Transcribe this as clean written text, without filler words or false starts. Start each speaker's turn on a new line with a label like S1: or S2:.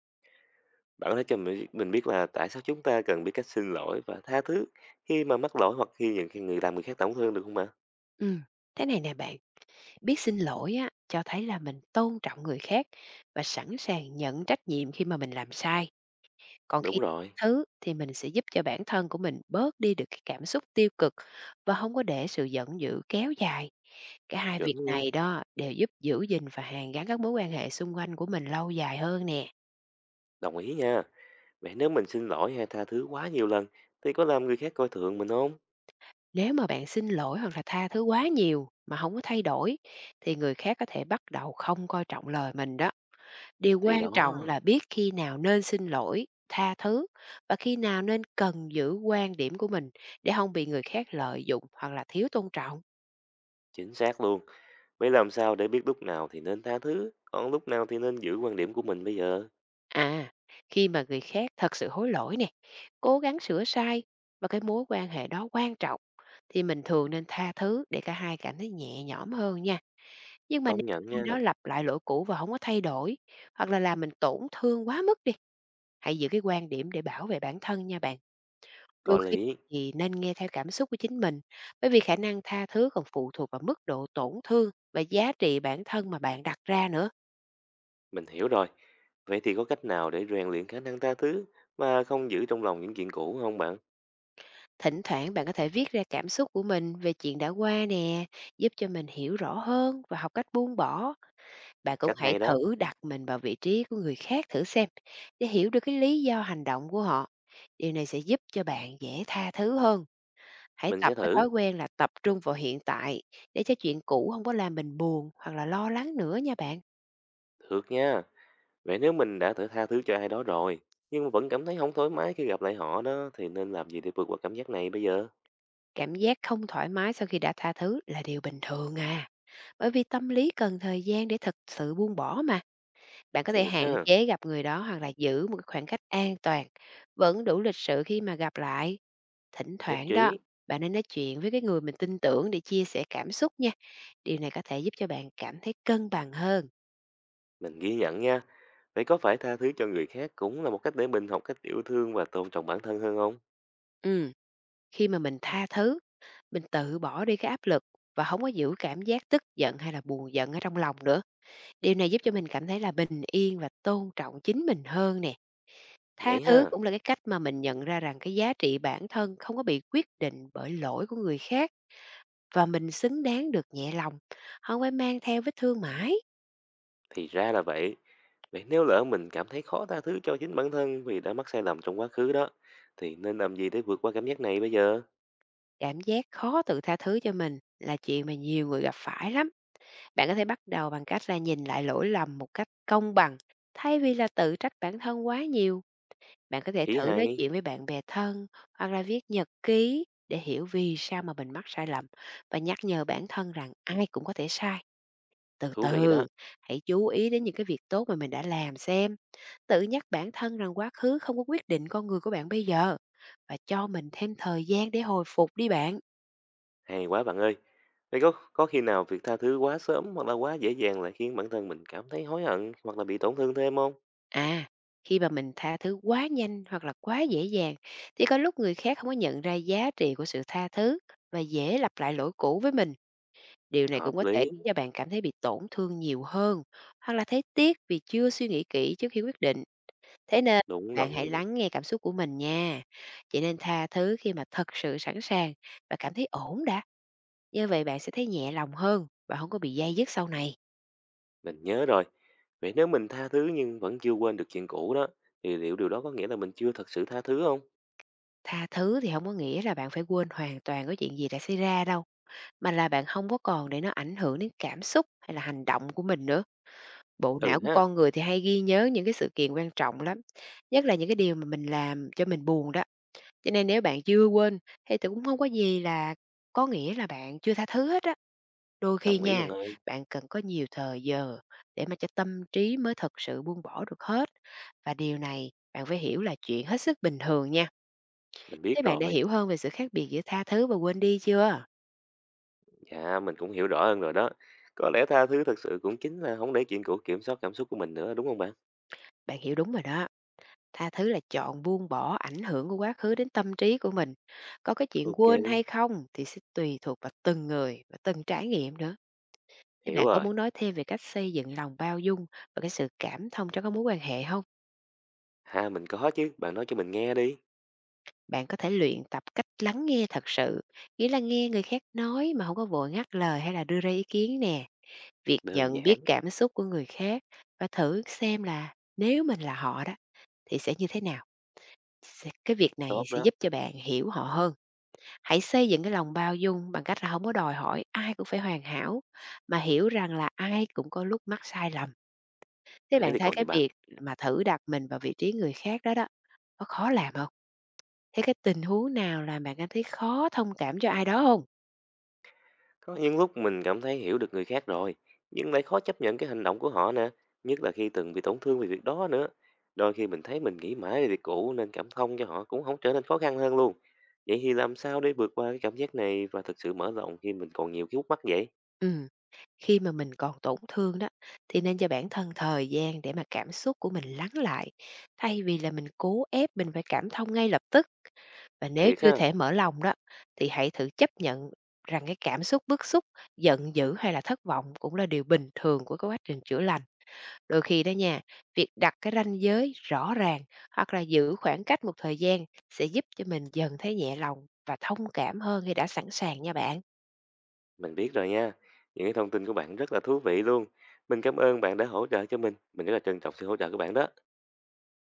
S1: Bạn có thể cho mình biết là tại sao chúng ta cần biết cách xin lỗi và tha thứ khi mà mắc lỗi hoặc khi người khác tổn thương được không ạ?
S2: Ừ, thế này nè bạn, biết xin lỗi á, cho thấy là mình tôn trọng người khác và sẵn sàng nhận trách nhiệm khi mà mình làm sai. Còn khi
S1: Đúng
S2: tha
S1: rồi,
S2: thứ thì mình sẽ giúp cho bản thân của mình bớt đi được cái cảm xúc tiêu cực và không có để sự giận dữ kéo dài. Cả hai
S1: chuẩn
S2: việc
S1: luôn,
S2: này đó đều giúp giữ gìn và hàn gắn các mối quan hệ xung quanh của mình lâu dài hơn nè.
S1: đồng ý nha. Vậy nếu mình xin lỗi hay tha thứ quá nhiều lần thì có làm người khác coi thường mình không?
S2: Nếu mà bạn xin lỗi hoặc là tha thứ quá nhiều mà không có thay đổi thì người khác có thể bắt đầu không coi trọng lời mình đó. Điều
S1: Thì đó,
S2: quan trọng là biết khi nào nên xin lỗi, tha thứ và khi nào nên cần giữ quan điểm của mình để không bị người khác lợi dụng hoặc là thiếu tôn trọng.
S1: chính xác luôn. Vậy làm sao để biết lúc nào thì nên tha thứ, còn lúc nào thì nên giữ quan điểm của mình bây giờ?
S2: À, khi mà người khác thật sự hối lỗi nè, cố gắng sửa sai và cái mối quan hệ đó quan trọng thì mình thường nên tha thứ để cả hai cảm thấy nhẹ nhõm hơn nha. Nhưng mà nếu
S1: Công nhận
S2: ai
S1: nha,
S2: đó lặp lại lỗi cũ và không có thay đổi hoặc là làm mình tổn thương quá mức đi, hãy giữ cái quan điểm để bảo vệ bản thân nha bạn.
S1: có
S2: Đôi khi
S1: lý,
S2: thì nên nghe theo cảm xúc của chính mình, bởi vì khả năng tha thứ còn phụ thuộc vào mức độ tổn thương và giá trị bản thân mà bạn đặt ra nữa.
S1: mình hiểu rồi. Vậy thì có cách nào để rèn luyện khả năng tha thứ mà không giữ trong lòng những chuyện cũ không bạn?
S2: Thỉnh thoảng bạn có thể viết ra cảm xúc của mình về chuyện đã qua nè, giúp cho mình hiểu rõ hơn và học cách buông bỏ. Bạn cũng
S1: Cách
S2: hãy
S1: hay đó,
S2: thử đặt mình vào vị trí của người khác thử xem để hiểu được cái lý do hành động của họ. Điều này sẽ giúp cho bạn dễ tha thứ hơn. Hãy
S1: mình
S2: tập
S1: sẽ
S2: cái
S1: thử.
S2: thói quen là tập trung vào hiện tại để cho chuyện cũ không có làm mình buồn hoặc là lo lắng nữa nha bạn.
S1: Thực nha, vậy nếu mình đã thử tha thứ cho ai đó rồi, nhưng mà vẫn cảm thấy không thoải mái khi gặp lại họ đó, thì nên làm gì để vượt qua cảm giác này bây giờ?
S2: Cảm giác không thoải mái sau khi đã tha thứ là điều bình thường à, bởi vì tâm lý cần thời gian để thực sự buông bỏ mà. Bạn có thể
S1: Thiệt
S2: hạn
S1: ha,
S2: chế gặp người đó hoặc là giữ một cái khoảng cách an toàn, vẫn đủ lịch sự khi mà gặp lại. Thỉnh
S1: nhất
S2: thoảng đó,
S1: trí,
S2: bạn nên nói chuyện với cái người mình tin tưởng để chia sẻ cảm xúc nha. Điều này có thể giúp cho bạn cảm thấy cân bằng hơn.
S1: mình ghi nhận nha. Vậy có phải tha thứ cho người khác cũng là một cách để mình học cách yêu thương và tôn trọng bản thân hơn không?
S2: Ừ, khi mà mình tha thứ, mình tự bỏ đi cái áp lực và không có giữ cảm giác tức giận hay là buồn giận ở trong lòng nữa. Điều này giúp cho mình cảm thấy là bình yên và tôn trọng chính mình hơn nè. Tha
S1: Vậy
S2: thứ
S1: ha,
S2: cũng là cái cách mà mình nhận ra rằng cái giá trị bản thân không có bị quyết định bởi lỗi của người khác và mình xứng đáng được nhẹ lòng, không phải mang theo vết thương mãi.
S1: thì ra là vậy. Vậy nếu lỡ mình cảm thấy khó tha thứ cho chính bản thân vì đã mắc sai lầm trong quá khứ đó, thì nên làm gì để vượt qua cảm giác này bây giờ?
S2: Cảm giác khó tự tha thứ cho mình là chuyện mà nhiều người gặp phải lắm. Bạn có thể bắt đầu bằng cách là nhìn lại lỗi lầm một cách công bằng thay vì là tự trách bản thân quá nhiều. Bạn có thể
S1: Ý
S2: thử
S1: hay,
S2: nói chuyện với bạn bè thân hoặc là viết nhật ký để hiểu vì sao mà mình mắc sai lầm và nhắc nhở bản thân rằng ai cũng có thể sai. Từ
S1: thú vị đó.
S2: từ, hãy chú ý đến những cái việc tốt mà mình đã làm xem. Tự nhắc bản thân rằng quá khứ không có quyết định con người của bạn bây giờ và cho mình thêm thời gian để hồi phục đi bạn.
S1: Hay quá bạn ơi. Vậy có khi nào việc tha thứ quá sớm hoặc là quá dễ dàng lại khiến bản thân mình cảm thấy hối hận hoặc là bị tổn thương thêm không?
S2: À, khi mà mình tha thứ quá nhanh hoặc là quá dễ dàng thì có lúc người khác không có nhận ra giá trị của sự tha thứ và dễ lặp lại lỗi cũ với mình. Điều này
S1: Hợp
S2: cũng có thể
S1: lý,
S2: khiến cho bạn cảm thấy bị tổn thương nhiều hơn, hoặc là thấy tiếc vì chưa suy nghĩ kỹ trước khi quyết định. Thế nên
S1: đúng
S2: bạn hãy
S1: rồi.
S2: lắng nghe cảm xúc của mình nha. Chỉ nên tha thứ khi mà thật sự sẵn sàng và cảm thấy ổn đã. Như vậy bạn sẽ thấy nhẹ lòng hơn và không có bị day dứt sau này.
S1: Mình nhớ rồi. Vậy nếu mình tha thứ nhưng vẫn chưa quên được chuyện cũ đó, thì liệu điều đó có nghĩa là mình chưa thật sự tha thứ không?
S2: Tha thứ thì không có nghĩa là bạn phải quên hoàn toàn có chuyện gì đã xảy ra đâu, mà là bạn không có còn để nó ảnh hưởng đến cảm xúc hay là hành động của mình nữa. Bộ
S1: Ừ
S2: não của
S1: ha,
S2: con người thì hay ghi nhớ những cái sự kiện quan trọng lắm, nhất là những cái điều mà mình làm cho mình buồn đó. Cho nên nếu bạn chưa quên thì cũng không có gì là có nghĩa là bạn chưa tha thứ hết á. Đôi khi
S1: đồng ý bạn
S2: nha,
S1: ơi.
S2: bạn cần có nhiều thời giờ để mà cho tâm trí mới thật sự buông bỏ được hết, và điều này bạn phải hiểu là chuyện hết sức bình thường nha.
S1: Mình biết
S2: Thế bạn đã
S1: rồi.
S2: hiểu hơn về sự khác biệt giữa tha thứ và quên đi chưa?
S1: Dạ, mình cũng hiểu rõ hơn rồi đó. Có lẽ tha thứ thật sự cũng chính là không để chuyện cũ kiểm soát cảm xúc của mình nữa, đúng không bạn?
S2: Bạn hiểu đúng rồi đó. Tha thứ là chọn buông bỏ ảnh hưởng của quá khứ đến tâm trí của mình. Có cái chuyện
S1: Ok,
S2: quên hay không thì sẽ tùy thuộc vào từng người và từng trải nghiệm nữa. Thế
S1: hiểu
S2: bạn có
S1: rồi.
S2: muốn nói thêm về cách xây dựng lòng bao dung và cái sự cảm thông trong các mối quan hệ không?
S1: Ha, mình có chứ. Bạn nói cho mình nghe đi.
S2: Bạn có thể luyện tập cách lắng nghe thật sự, nghĩa là nghe người khác nói mà không có vội ngắt lời hay là đưa ra ý kiến nè. Việc
S1: Đơn
S2: nhận biết
S1: giản,
S2: cảm xúc của người khác và thử xem là nếu mình là họ đó thì sẽ như thế nào. Sẽ cái việc này
S1: tốt
S2: sẽ
S1: đó.
S2: giúp cho bạn hiểu họ hơn. Hãy xây dựng cái lòng bao dung bằng cách là không có đòi hỏi ai cũng phải hoàn hảo, mà hiểu rằng là ai cũng có lúc mắc sai lầm. Thế
S1: Thế
S2: bạn
S1: thì
S2: thấy
S1: còn gì
S2: cái
S1: bằng.
S2: việc mà thử đặt mình vào vị trí người khác đó đó, có khó làm không? Thế cái tình huống nào làm bạn cảm thấy khó thông cảm cho ai đó không?
S1: Có những lúc mình cảm thấy hiểu được người khác rồi, nhưng lại khó chấp nhận cái hành động của họ nè. Nhất là khi từng bị tổn thương vì việc đó nữa. Đôi khi mình thấy mình nghĩ mãi về việc cũ nên cảm thông cho họ cũng không trở nên khó khăn hơn luôn. Vậy thì làm sao để vượt qua cái cảm giác này và thực sự mở rộng khi mình còn nhiều cái khúc mắc vậy?
S2: Ừm, khi mà mình còn tổn thương đó, thì nên cho bản thân thời gian để mà cảm xúc của mình lắng lại, thay vì là mình cố ép mình phải cảm thông ngay lập tức. Và nếu
S1: Thiệt
S2: chưa
S1: ha,
S2: thể mở lòng đó, thì hãy thử chấp nhận rằng cái cảm xúc bức xúc, giận dữ hay là thất vọng cũng là điều bình thường của cái quá trình chữa lành. Đôi khi đó nha, việc đặt cái ranh giới rõ ràng hoặc là giữ khoảng cách một thời gian sẽ giúp cho mình dần thấy nhẹ lòng và thông cảm hơn khi đã sẵn sàng nha bạn.
S1: mình biết rồi nha. Những cái thông tin của bạn rất là thú vị luôn. Mình cảm ơn bạn đã hỗ trợ cho mình. Mình rất là trân trọng sự hỗ trợ của bạn đó.